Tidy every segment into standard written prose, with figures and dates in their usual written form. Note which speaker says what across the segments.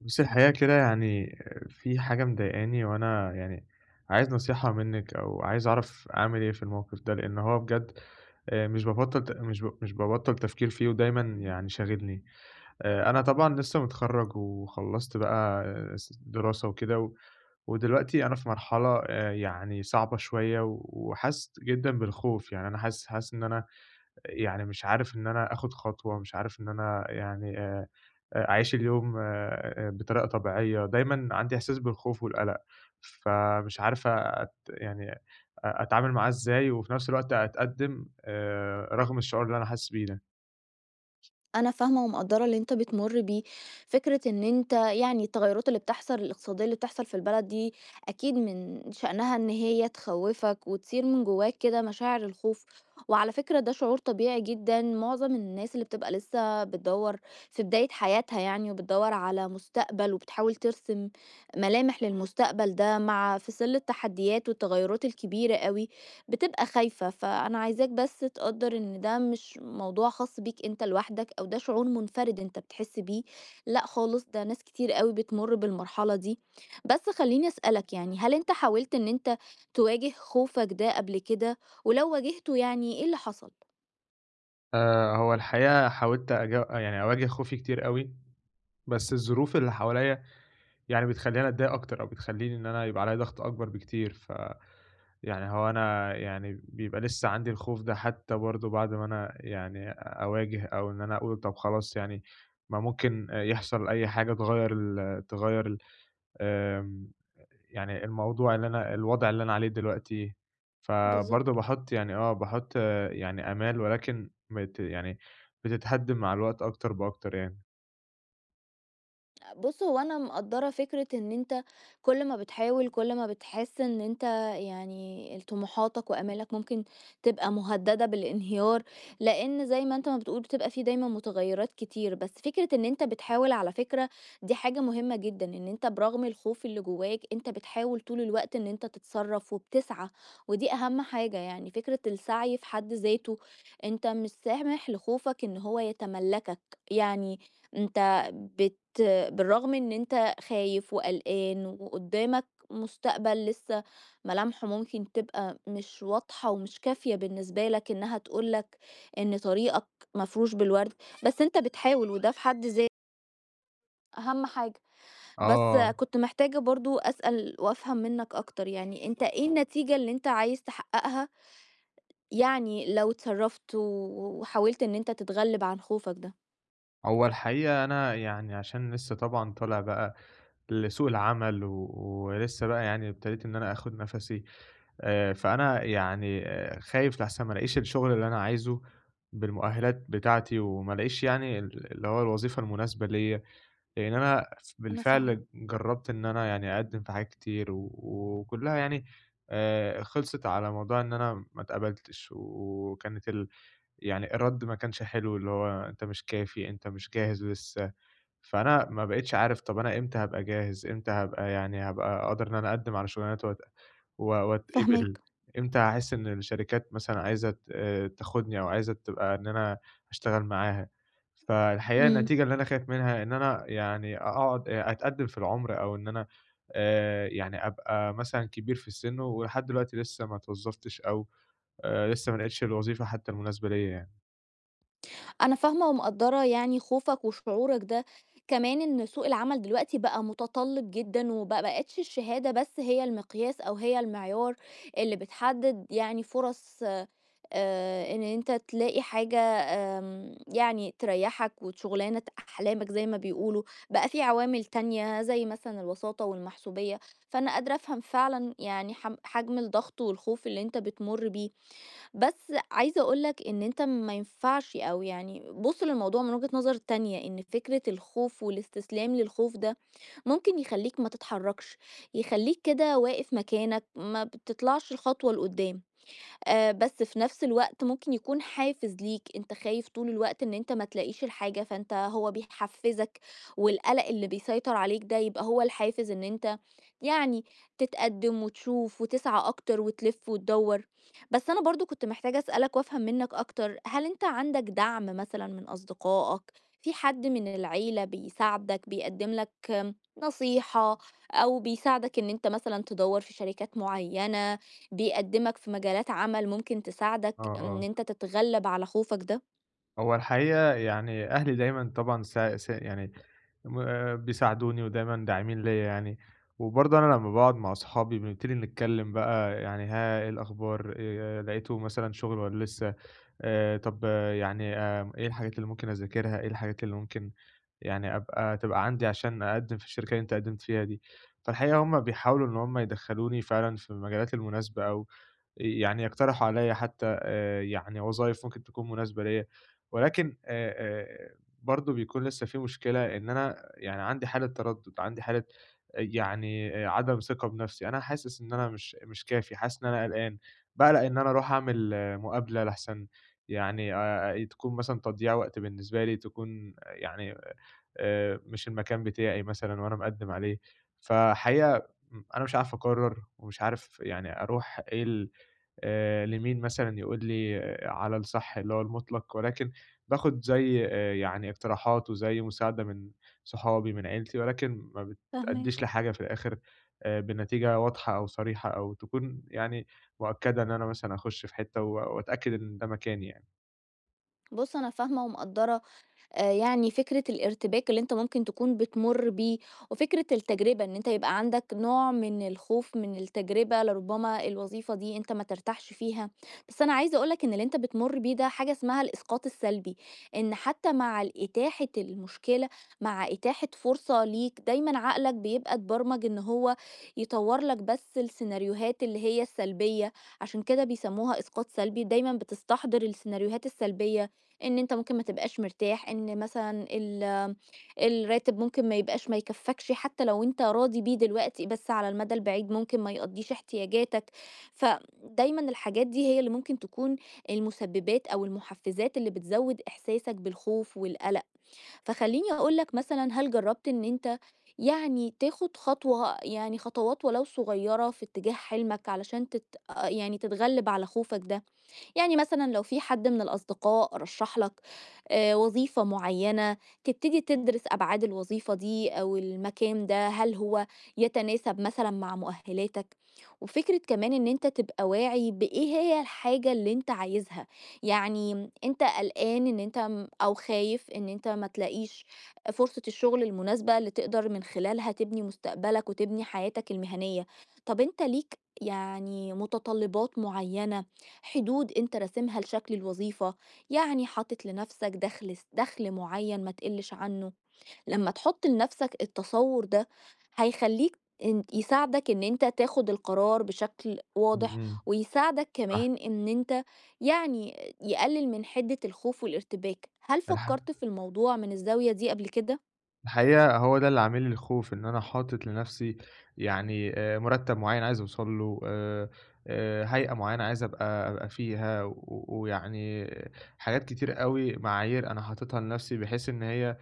Speaker 1: بُصّي الحقيقة كده يعني في حاجة مضايقاني، وأنا يعني عايز نصيحة منِّك أو عايز أعرف أعمل إيه في الموقف ده، لإن هو بجد مش بابطّل ت مش ب مش بابطّل تفكير فيه، ودايمًا يعني شاغلني. أنا طبعًا لسه متخرّج وخلّصت بقى آه، س دراسة وكده. ودلوقتي أنا في مرحلة يعني صعبة شوية، وحاسس جدًا بالخوف. يعني أنا حاسس إن أنا يعني مش عارف إن أنا آخُد خطوة، مش عارف إن أنا يعني أعيش اليوم بطريقة طبيعية. دايمًا عندي إحساس بالخوف والقلق، فمش عارف يعني أتعامل معاه إزاي، وفي نفس الوقت أتقدّم رغم الشعور اللي أنا حاسس بيه ده.
Speaker 2: أنا فاهمة ومقدّرة اللي أنت بتمُر بيه. فكرة إن أنت يعني التغيُّرات اللي بتحصل الاقتصادية اللي بتحصل في البلد دي أكيد من شأنها إن هي تخوّفك وتثير من جواك كده مشاعر الخوف. وعلى فكرة ده شعور طبيعي جدًا، معظم الناس اللي بتبقى لسه بتدوّر في بداية حياتها يعني وبتدوّر على مستقبل وبتحاول ترسم ملامح للمستقبل ده مع في ظِل التحديات والتغيُّرات الكبيرة أوي. بتبقى خايفة، فأنا عايزاك بس تقدر إن ده مش موضوع خاص بيك أنت لوحدك أو ده شعور منفرد أنت بتحس بيه. لأ خالص، ده ناس كتير قوي بتمر بالمرحلة دي. بس خليني أسألك، يعني هل أنت حاولت إن أنت تواجه خوفك ده قبل كده، ولو واجهته يعني إيه اللي حصل؟
Speaker 1: هو الحقيقة حاولت يعني أواجه خوفي كتير أوي، بس الظروف اللي حواليّا يعني بتخلّيني أتضايق أكتر، أو بتخلّيني إن أنا يبقى عليّا ضغط أكبر بكتير. يعني هو أنا يعني بيبقى لسه عندي الخوف ده، حتى برضه بعد ما أنا يعني أواجه، أو إن أنا أقول طب خلاص، يعني ما ممكن يحصل أي حاجة تغيّر ال آمم، يعني الموضوع اللي أنا الوضع اللي أنا عليه دلوقتي. فبرضه
Speaker 2: بالظبط.
Speaker 1: باحُط يعني آمال، ولكن يعني بتتهدِّم مع الوقت أكتر بأكتر يعني.
Speaker 2: بُص، هو أنا مقدّرة فكرة إن أنت كل ما بتحاول، كل ما بتحس إن أنت يعني طموحاتك وآمالك ممكن تبقى مهددة بالانهيار، لإن زي ما أنت ما بتقول بتبقى في دايمًا متغيرات كتير. بس فكرة إن أنت بتحاول على فكرة دي حاجة مهمة جدًا، إن أنت برغم الخوف اللي جواك أنت بتحاول طول الوقت إن أنت تتصرف وبتسعى، ودي أهم حاجة، يعني فكرة السعي في حد ذاته. أنت مش سامح لخوفك إن هو يتملكك. يعني أنت بت بالرغم إن أنت خايف وقلقان وقدامك مستقبل لسه ملامحه ممكن تبقى مش واضحة ومش كافية بالنسبة لك إنها تقول لك إن طريقك مفروش بالورد، بس أنت بتحاول وده في حد ذاته أهم حاجة. بس
Speaker 1: آه.
Speaker 2: كنت محتاجة برضو أسأل وأفهم منك أكتر، يعني أنت إيه النتيجة اللي أنت عايز تحققها، يعني لو اتصرفت وحاولت إن أنت تتغلب عن خوفك ده؟
Speaker 1: هو الحقيقة أنا يعني عشان لسه طبعًا طالع بقى لسوق العمل، ولسه بقى يعني ابتديت إن أنا آخُد نَفَسي. فأنا يعني خايف لأحسن ما ألاقيش الشغل اللي أنا عايزه بالمؤهلات بتاعتي، وما ألاقيش يعني اللي هو الوظيفة المناسبة ليّا. لإن أنا
Speaker 2: أنا فاهمة.
Speaker 1: بالفعل جرّبت إن أنا يعني أقدّم في حاجات كتير، وكُلّها يعني خلصت على موضوع إن أنا ما اتقبلتش، وكانت يعني الرَد ما كانش حلو، اللي هو أنت مش كافي، أنت مش جاهز لسه. فأنا ما بقيتش عارف، طب أنا إمتى هابقى جاهز؟ إمتى هابقى قادر إن أنا أقدّم على شغلانات وأتقبل؟
Speaker 2: فاهماك.
Speaker 1: إمتى هاحس إن الشركات مثلًا عايزة ت آه، تاخدني، أو عايزة تبقى إن أنا أشتغل معاها؟ فالحقيقة
Speaker 2: امم
Speaker 1: النتيجة اللي أنا خايف منها إن أنا يعني أقعد أتقدّم في العُمر، أو إن أنا يعني أبقى مثلًا كبير في السِن، ولحد دلوقتي لسه ما اتوظّفتش، أو لسه ما لقيتش الوظيفة حتى المناسبة ليّا يعني.
Speaker 2: أنا فاهمة ومقدّرة يعني خوفك وشعورك ده، كمان إن سوق العمل دلوقتي بقى متطلّب جدًا، وبقى ما بقتش الشهادة بس هي المقياس أو هي المعيار اللي بتحدد يعني فرص إن أنت تلاقي حاجة يعني تريّحك وشغلانة أحلامك زي ما بيقولوا. بقى في عوامل تانية زي مثلًا الوساطة والمحسوبية. فأنا قادرة أفهم فعلًا يعني حجم الضغط والخوف اللي أنت بتمُر بيه. بس عايزة أقول لك إن أنت ما ينفعش، أو يعني بُص للموضوع من وجهة نظر تانية. إن فكرة الخوف والاستسلام للخوف ده ممكن يخلّيك ما تتحرّكش، يخلّيك كده واقف مكانك، ما بتطلعش الخطوة لقدّام. بس في نفس الوقت ممكن يكون حافز ليك. أنت خايف طول الوقت إن أنت ما تلاقيش الحاجة، فأنت هو بيحفزك، والقلق اللي بيسيطر عليك ده يبقى هو الحافز إن أنت يعني تتقدم وتشوف وتسعى أكتر وتلف وتدوّر. بس أنا برضه كنت محتاجة أسألك وأفهم منك أكتر. هل أنت عندك دعم مثلًا من أصدقائك، في حد من العيلة بيساعدك، بيقدم لك نصيحة، أو بيساعدك إن أنت مثلًا تدوّر في شركات معينة؟ بيقدّمك في مجالات عمل ممكن
Speaker 1: آه،
Speaker 2: تساعدك إن
Speaker 1: آه.
Speaker 2: أنت تتغلّب على خوفك ده.
Speaker 1: هو الحقيقة يعني أهلي دايمًا طبعًا سا سا يعني م آه بيساعدوني، ودايمًا داعمين ليّا يعني. وبرضه أنا لمّا باقعد مع أصحابي بنبتدي نتكلّم بقى، يعني ها إيه الأخبار؟ لقيتوا مثلًا شغل والّا لسه؟ طب، يعني إيه الحاجات اللي ممكن أذاكرها؟ إيه الحاجات اللي ممكن يعني تبقى عندي عشان أقدّم في الشركة اللي أنت قدّمت فيها دي؟ فالحقيقة هُم بيحاولوا إن هُم يدخّلوني فعلًا في المجالات المناسبة، أو يعني يقترحوا عليّا حتى يعني وظايف ممكن تكون مناسبة ليّا، ولكن برضه بيكون لسّه في مشكلة، إن أنا يعني عندي حالة تردُّد، عندي حالة يعني عدم ثقة بنَفْسي. أنا حاسس إن أنا مش كافي، حاسس إن أنا قلقان، باقلق إن أنا أروح أعمل مقابلة، لأحسن يعني تكون مثلًا تضييع وقت بالنسبة لي، تكون يعني مش المكان بتاعي مثلًا وأنا مقدّم عليه. فحقيقة أنا مش عارف أقرّر، ومش عارف يعني أروح إيه ال لمين مثلًا يقول لي على الصح اللي هو المُطلق، ولكن باخُد زي يعني اقتراحات وزي مساعدة من صحابي، من عيلتي، ولكن ما بتأدّيش
Speaker 2: فاهماك.
Speaker 1: لحاجة في الآخِر بنتيجة واضحة أو صريحة، أو تكون يعني مؤكّدة إن أنا مثلًا أخُش في حتّة وأتأكد إن ده مكاني يعني.
Speaker 2: بُص، أنا فاهمة ومقدّرة يعني فكرة الارتباك اللي أنت ممكن تكون بتمُر بيه، وفكرة التجربة إن أنت يبقى عندك نوع من الخوف من التجربة، لربما الوظيفة دي أنت ما ترتاحش فيها. بس أنا عايزة أقول لك إن اللي أنت بتمُر بيه ده حاجة اسمها الإسقاط السلبي. إن حتى مع إتاحة المشكلة، مع إتاحة فرصة ليك، دايمًا عقلك بيبقى اتبرمج إن هو يطوّر لك بس السيناريوهات اللي هي السلبية. عشان كده بيسموها إسقاط سلبي، دايمًا بتستحضر السيناريوهات السلبية إن أنت ممكن ما تبقاش مرتاح، إن مثلًا الراتب ممكن ما يكفّكش حتى لو أنت راضي بيه دلوقتي، بس على المدى البعيد ممكن ما يقضّيش احتياجاتك. فدايمًا الحاجات دي هي اللي ممكن تكون المسبّبات أو المحفّزات اللي بتزوّد إحساسك بالخوف والقلق. فخلّيني أقول لك مثلًا، هل جرّبت إن أنت يعني تاخُد خطوة، يعني خطوات ولو صغيّرة في اتجاه حلمك علشان يعني تتغلِّب على خوفك ده؟ يعني مثلًا لو في حد من الأصدقاء رشّح لك وظيفة معيّنة، تبتدي تدرس أبعاد الوظيفة دي أو المكان ده، هل هو يتناسب مثلًا مع مؤهلاتك؟ وفكرة كمان إن أنت تبقى واعي بإيه هي الحاجة اللي أنت عايزها. يعني أنت قلقان إن أنت م أو خايف إن أنت ما تلاقيش فرصة الشغل المناسبة اللي تقدر من خلالها تبني مستقبلك وتبني حياتك المهنية. طَب أنت ليك يعني متطلبات معيّنة، حدود أنت راسمها لشكل الوظيفة، يعني حاطط لنفسك دخل معين ما تقلّش عنه. لمّا تحط لنفسك التصور ده هيخلّيك، إن يساعدك إن أنت تاخد القرار بشكل
Speaker 1: إمم،
Speaker 2: واضح،
Speaker 1: إمم،
Speaker 2: ويساعدك
Speaker 1: صح.
Speaker 2: كمان إن أنت يعني يقلل من حدة الخوف والارتباك. هل
Speaker 1: الح
Speaker 2: فكرت في الموضوع من الزاوية دي قبل كده؟
Speaker 1: الحقيقة هو ده اللي عامل لي الخوف، إن أنا حاطط لنفسي يعني مُرتّب معيّن عايز أوصل له، هيئة معيّنة عايز أبقى فيها، ويعني حاجات كتير أوي، معايير أنا حاططها لنفسي بحيث إن هي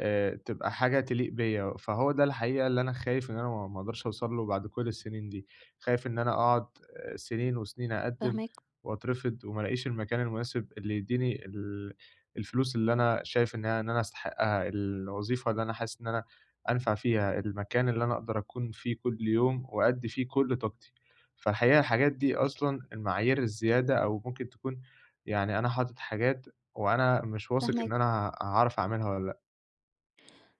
Speaker 1: تبقى حاجة تليق بيّا، فهو ده الحقيقة اللي أنا خايف إن أنا ما أقدرش أوصل له بعد كل السنين دي. خايف إن أنا أقعد سنين وسنين أقدّم
Speaker 2: فاهماك،
Speaker 1: وأترفض، وما ألاقيش المكان المناسب اللي يدّيني الفلوس اللي أنا شايف إنها إن أنا أستحقها، الوظيفة اللي أنا حاسس إن أنا أنفع فيها، المكان اللي أنا أقدر أكون فيه كل يوم وأدّي فيه كل طاقتي. فالحقيقة الحاجات دي أصلًا المعايير الزيادة، أو ممكن تكون يعني أنا حاطط حاجات وأنا مش واثق إن
Speaker 2: فاهماك.
Speaker 1: أنا هاعرف أعملها والّا لأ.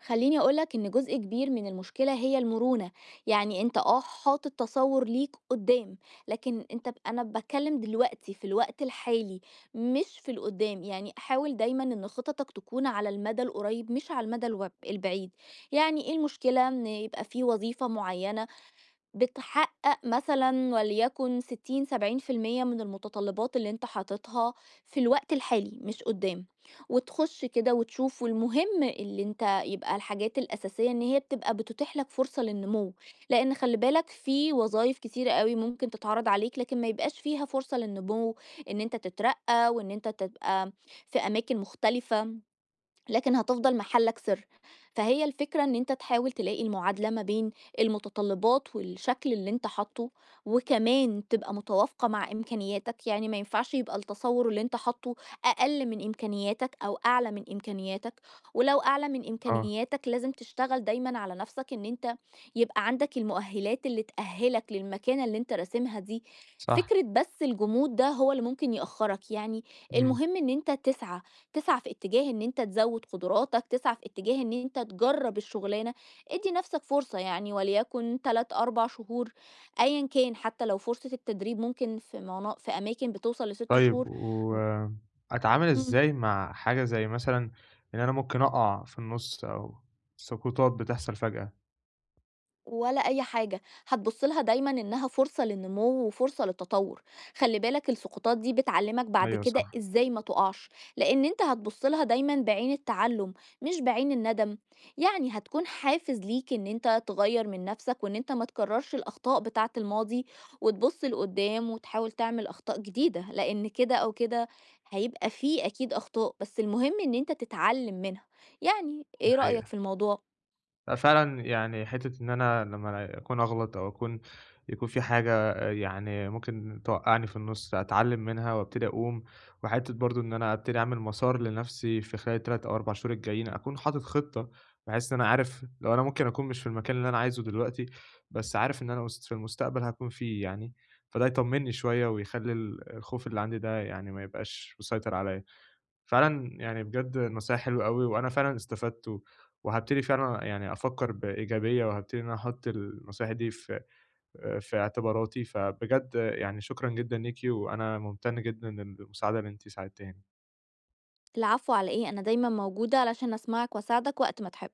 Speaker 2: خليني أقولك إن جزء كبير من المشكلة هي المرونة. يعني أنت حاطط تصور ليك قدام، لكن أنا بتكلم دلوقتي في الوقت الحالي مش في القدام. يعني حاول دايما إن خططك تكون على المدى القريب مش على المدى البعيد. يعني إيه المشكلة إن يبقى في وظيفة معينة بتحقق مثلًا وليكن 60، 70% من المتطلبات اللي أنت حاططها في الوقت الحالي مش قدّام، وتخش كده وتشوف. والمهم اللي أنت يبقى الحاجات الأساسية إن هي بتبقى بتتيح لك فرصة للنمو، لإن خلّي بالك في وظايف كتيرة أوي ممكن تتعرض عليك لكن ما يبقاش فيها فرصة للنمو، إن أنت تترقّى وإن أنت تبقى في أماكن مختلفة، لكن هتفضل محلك سر. فهي الفكرة إن أنت تحاول تلاقي المعادلة ما بين المتطلبات والشكل اللي أنت حاطّه، وكمان تبقى متوافقة مع إمكانياتك. يعني ما ينفعش يبقى التصوُّر اللي أنت حاطّه أقل من إمكانياتك أو أعلى من إمكانياتك. ولو أعلى من
Speaker 1: آه.
Speaker 2: إمكانياتك لازم تشتغل دايمًا على نَفْسك إن أنت يبقى عندك المؤهِّلات اللي تأهِّلك للمكانة اللي أنت راسمها دي.
Speaker 1: صح،
Speaker 2: فكرة بس الجمود ده هو اللي ممكن يأخّرك. يعني
Speaker 1: إمم.
Speaker 2: المهم إن أنت تسعى، تسعى في اتجاه إن أنت تزوّد قدراتك، تسعى في اتجاه إن أنت تجرّب الشغلانة. ادّي نَفْسك فرصة يعني وليكن 3، 4 شهور أيًا كان، حتى لو فرصة التدريب ممكن في أماكن بتوصل ل6
Speaker 1: طيب،
Speaker 2: شهور.
Speaker 1: وأتعامل
Speaker 2: إمم.
Speaker 1: إزاي مع حاجة زي مثلًا إن أنا ممكن أقع في النُص، أو سقوطات بتحصل فجأة؟
Speaker 2: ولا أي حاجة. هتبُص لها دايمًا إنها فرصة للنمو وفرصة للتطوّر. خلّي بالك السقوطات دي بتعلّمك بعد
Speaker 1: أيوه
Speaker 2: كده
Speaker 1: صح،
Speaker 2: إزاي ما تُقعش، لإن أنت هتبُص لها دايمًا بعين التعلُّم مش بعين الندم. يعني هتكون حافز ليك إن أنت تغيّر من نَفْسك وإن أنت ما تكرّرش الأخطاء بتاعة الماضي وتبُص لقُدّام وتحاول تعمل أخطاء جديدة، لإن كده أو كده هيبقى في أكيد أخطاء، بس المهم إن أنت تتعلّم منها. يعني
Speaker 1: دي
Speaker 2: إيه رأيك
Speaker 1: حقيقة.
Speaker 2: في الموضوع؟
Speaker 1: لأ فعلًا، يعني حتّة إن أنا لمّا أكون أغلط أو يكون في حاجة يعني ممكن توقّعني في النُص، أتعلّم منها وأبتدي أقوم. وحتّة برضه إن أنا أبتدي أعمل مسار لنَفْسي في خلال ال3 أو 4 شهور الجايين، أكون حاطط خطة بحيث إن أنا عارف لو أنا ممكن أكون مش في المكان اللي أنا عايزه دلوقتي، بس عارف إن أنا في المستقبل هاكون فيه يعني، فده يطمّني شوية ويخلّي الخوف اللي عندي ده يعني ما يبقاش مسيطر عليّا. فعلًا يعني بجد نصايح حلوة أوي، وأنا فعلًا استفدت، وهابتدي فعلًا يعني أفكّر بإيجابية، وهابتدي إن أنا أحُط النصايح دي في اعتباراتي، فبجد يعني شكرًا جدًا ليكِ، وأنا ممتن جدًا للمساعدة اللي أنتِ ساعدتيهاني.
Speaker 2: العفو، على إيه، أنا دايما موجودة علشان أسمعك وأساعدك وقت ما تحب